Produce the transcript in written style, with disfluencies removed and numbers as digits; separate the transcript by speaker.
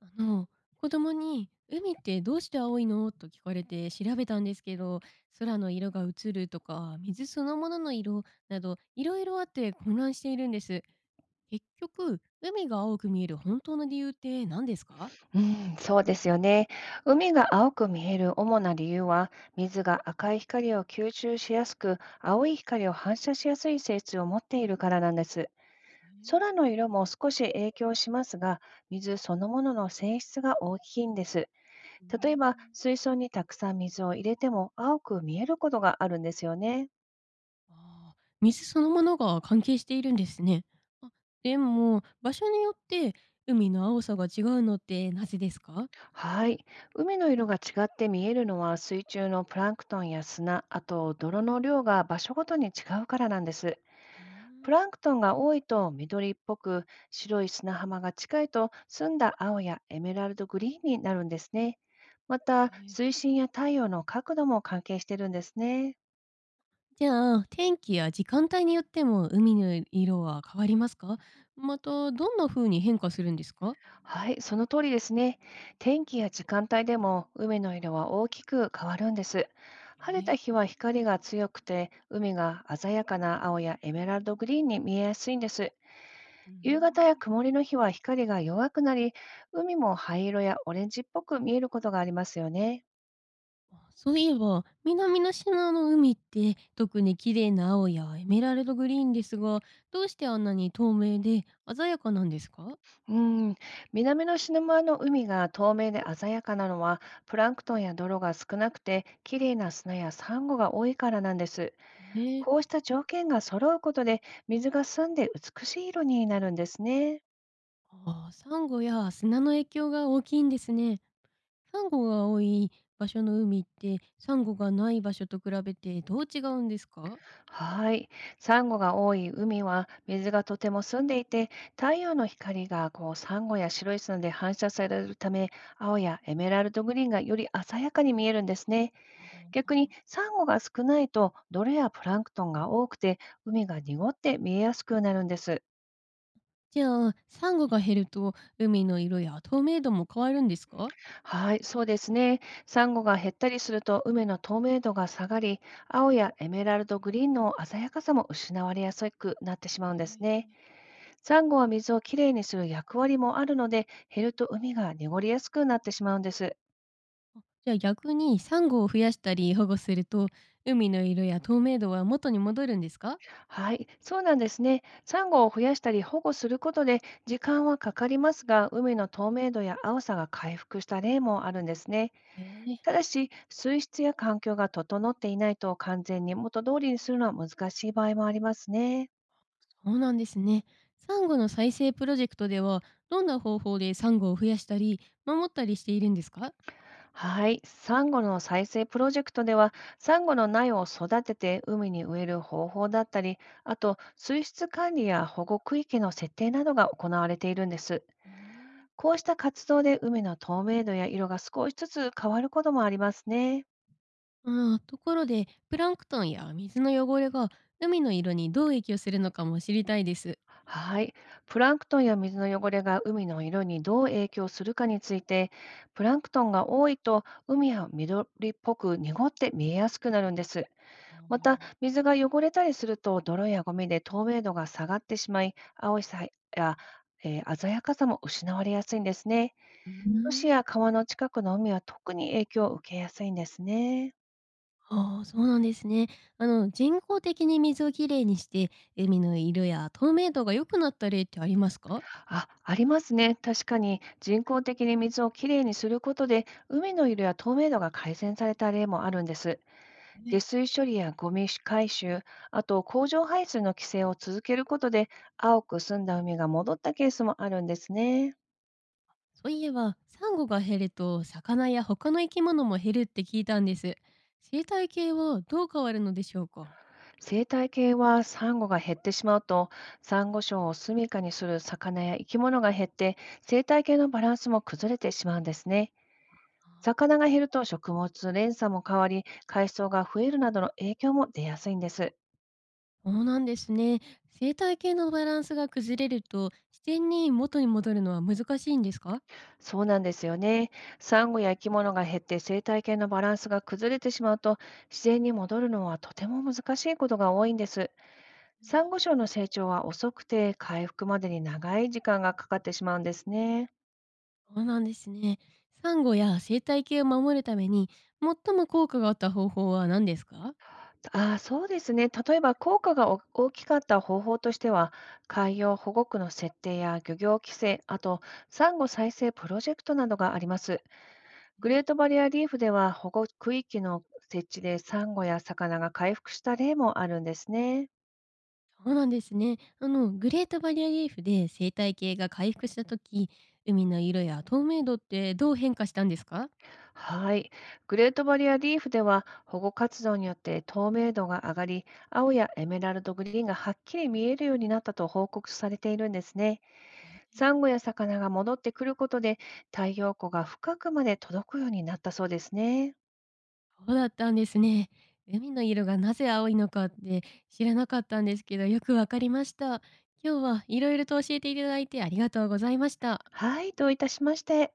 Speaker 1: あの、子供に「海ってどうして青いの？」と聞かれて調べたんですけど、空の色が映るとか、水そのものの色など、いろいろあって混乱しているんです。結局、海が青く見える本当の理由って何ですか。
Speaker 2: うん、そうですよね。海が青く見える主な理由は、水が赤い光を吸収しやすく、青い光を反射しやすい性質を持っているからなんです。空の色も少し影響しますが、水そのものの性質が大きいんです。
Speaker 1: うー
Speaker 2: 例えば、
Speaker 1: ん。
Speaker 2: 水槽にたくさん水を入れても青く見えることがあるんですよね。
Speaker 1: ああ、水そのものが関係しているんですね。あ、でも、場所によって海の青さが違うのってなぜですか。
Speaker 2: はい。海の色が違って見えるのは、水中のプランクトンや砂、あと泥の量が場所ごとに違うからなんです。
Speaker 1: うー
Speaker 2: プ
Speaker 1: ん。
Speaker 2: ランクトンが多いと緑っぽく、白い砂浜が近いと澄んだ青やエメラルドグリーンになるんですね。ま
Speaker 1: へ
Speaker 2: た、
Speaker 1: え。
Speaker 2: 水深や太陽の角度も関係してるんですね。
Speaker 1: じゃあ、天気や時間帯によっても海の色は変わりますか？また、どんな風に変化するんですか？
Speaker 2: はい、その通りですね。天気や時間帯でも海の色は大きく変わるんです。
Speaker 1: え
Speaker 2: 晴れた
Speaker 1: え。
Speaker 2: 日は光が強くて、海が鮮やかな青やエメラルドグリーンに見えやすいんです。
Speaker 1: うー
Speaker 2: 夕方や
Speaker 1: ん。
Speaker 2: 曇りの日は光が弱くなり、海も灰色やオレンジっぽく見えることがありますよね。
Speaker 1: あ、そういえば、南の島の海って特に綺麗な青やエメラルドグリーンですが、どうしてあんなに透明で鮮やかなんですか？
Speaker 2: うん、南のシナモアの海が透明で鮮やかなのは、プランクトンや泥が少なくて、綺麗な砂やサンゴが多いからなんです。
Speaker 1: ね。
Speaker 2: こうした条件が揃うことで、水が澄んで美しい色になるんですね。
Speaker 1: ああ、サンゴや砂の影響が大きいんですね。サンゴが多い場所の海って、サンゴがない場所と比べてどう違うんですか？
Speaker 2: はい。サンゴが多い海は、水がとても澄んでいて、太陽の光がこうサンゴや白い砂で反射されるため、青やエメラルドグリーンがより鮮やかに見えるんですね。逆にサンゴが少ないと泥やプランクトンが多くて海が濁って見えやすくなるんです。
Speaker 1: じゃあ、サンゴが減ると海の色や透明度も変わるんですか。
Speaker 2: はい、そうですね。サンゴが減ったりすると海の透明度が下がり、青やエメラルドグリーンの鮮やかさも失われやすくなってし
Speaker 1: へ
Speaker 2: まうんですね。
Speaker 1: え。
Speaker 2: サンゴは水をきれいにする役割もあるので、減ると海が濁りやすくなってしまうんです。
Speaker 1: じゃあ逆にサンゴを増やしたり保護すると海の色や透明度は元に戻るんですか。
Speaker 2: はい、そうなんですね。サンゴを増やしたり保護することで、時間はかかりますが、海の透明度や青さが回復した例もあるんですね。
Speaker 1: ええ、
Speaker 2: ただし、水質や環境が整っていないと完全に元通りにするのは難しい場合もありますね。
Speaker 1: そうなんですね。サンゴの再生プロジェクトではどんな方法でサンゴを増やしたり守ったりしているんですか。
Speaker 2: はい、サンゴの再生プロジェクトでは、サンゴの苗を育てて海に植える方法だったり、あと水質管理や保護区域の設定などが行われているんです。
Speaker 1: うーん。
Speaker 2: こうした活動で海の透明度や色が少しずつ変わることもありますね。
Speaker 1: ああ、ところでプランクトンや水の汚れが海の色にどう影響するのかも知りたいです。
Speaker 2: はい。プランクトンや水の汚れが海の色にどう影響するかについて、プランクトンが多いと海は緑っぽく濁って見えやすくなるんです。
Speaker 1: ま
Speaker 2: また、
Speaker 1: あ、
Speaker 2: 水が汚れたりすると泥やゴミで透明度が下がってしまい、青さや、鮮やかさも失われやすいんですね。
Speaker 1: ーう
Speaker 2: 都市
Speaker 1: ーん。
Speaker 2: や川の近くの海は特に影響を受けやすいんですね。
Speaker 1: ああ、そうなんですね。人工的に水をきれいにして、海の色や透明度が良くなった例ってありますか。
Speaker 2: あ、ありますね。確かに人工的に水をきれいにすることで、海の色や透明度が改善された例もあるんです。
Speaker 1: ね。
Speaker 2: 下水処理やゴミ回収、あと工場排水の規制を続けることで、青く澄んだ海が戻ったケースもあるんですね。
Speaker 1: そういえば、サンゴが減ると、魚や他の生き物も減るって聞いたんです。生態系はどう変わるのでしょうか。
Speaker 2: 生態系は、サンゴが減ってしまうと、サンゴ礁を住処にする魚や生き物が減って、生態系のバランスも崩れてしまうんですね。魚が減ると食物連鎖も変わり、海藻が増えるなどの影響も出やすいんです。
Speaker 1: そうなんですね。生態系のバランスが崩れると、自然に元に戻るのは難しいんですか。
Speaker 2: そうなんですよね。サンゴや生き物が減って生態系のバランスが崩れてしまうと、自然に戻るのはとても難しいことが多いんです。サ
Speaker 1: ね。
Speaker 2: ンゴ礁の成長は遅くて、回復までに長い時間がかかってしまうんですね。
Speaker 1: そうなんですね。サンゴや生態系を守るために、最も効果があった方法は何ですか。
Speaker 2: ああ、そうですね。例えば効果がお大きかった方法としては、海洋保護区の設定や漁業規制、あと、サンゴ再生プロジェクトなどがあります。グレー
Speaker 1: ね。
Speaker 2: トバリアリーフでは保護区域の設置でサンゴや魚が回復した例もあるんですね。
Speaker 1: そうなんですね。グレートバリアリーフで生態系が回復した時、海の色や透明度ってどう変化したんですか。
Speaker 2: はい。グレートバリアリーフでは保護活動によって透明度が上がり、青やエメラルドグリーンがはっきり見えるようになったと報告されているんですね。サンゴや魚が戻ってくることで太陽光が深くまで届くようになったそうですね。
Speaker 1: そうだったんですね。海の色がなぜ青いのかって知らなかったんですけど、よくわかりました。今日はいろいろと教えていただいてありがとうございました。
Speaker 2: はい、どういたしまして。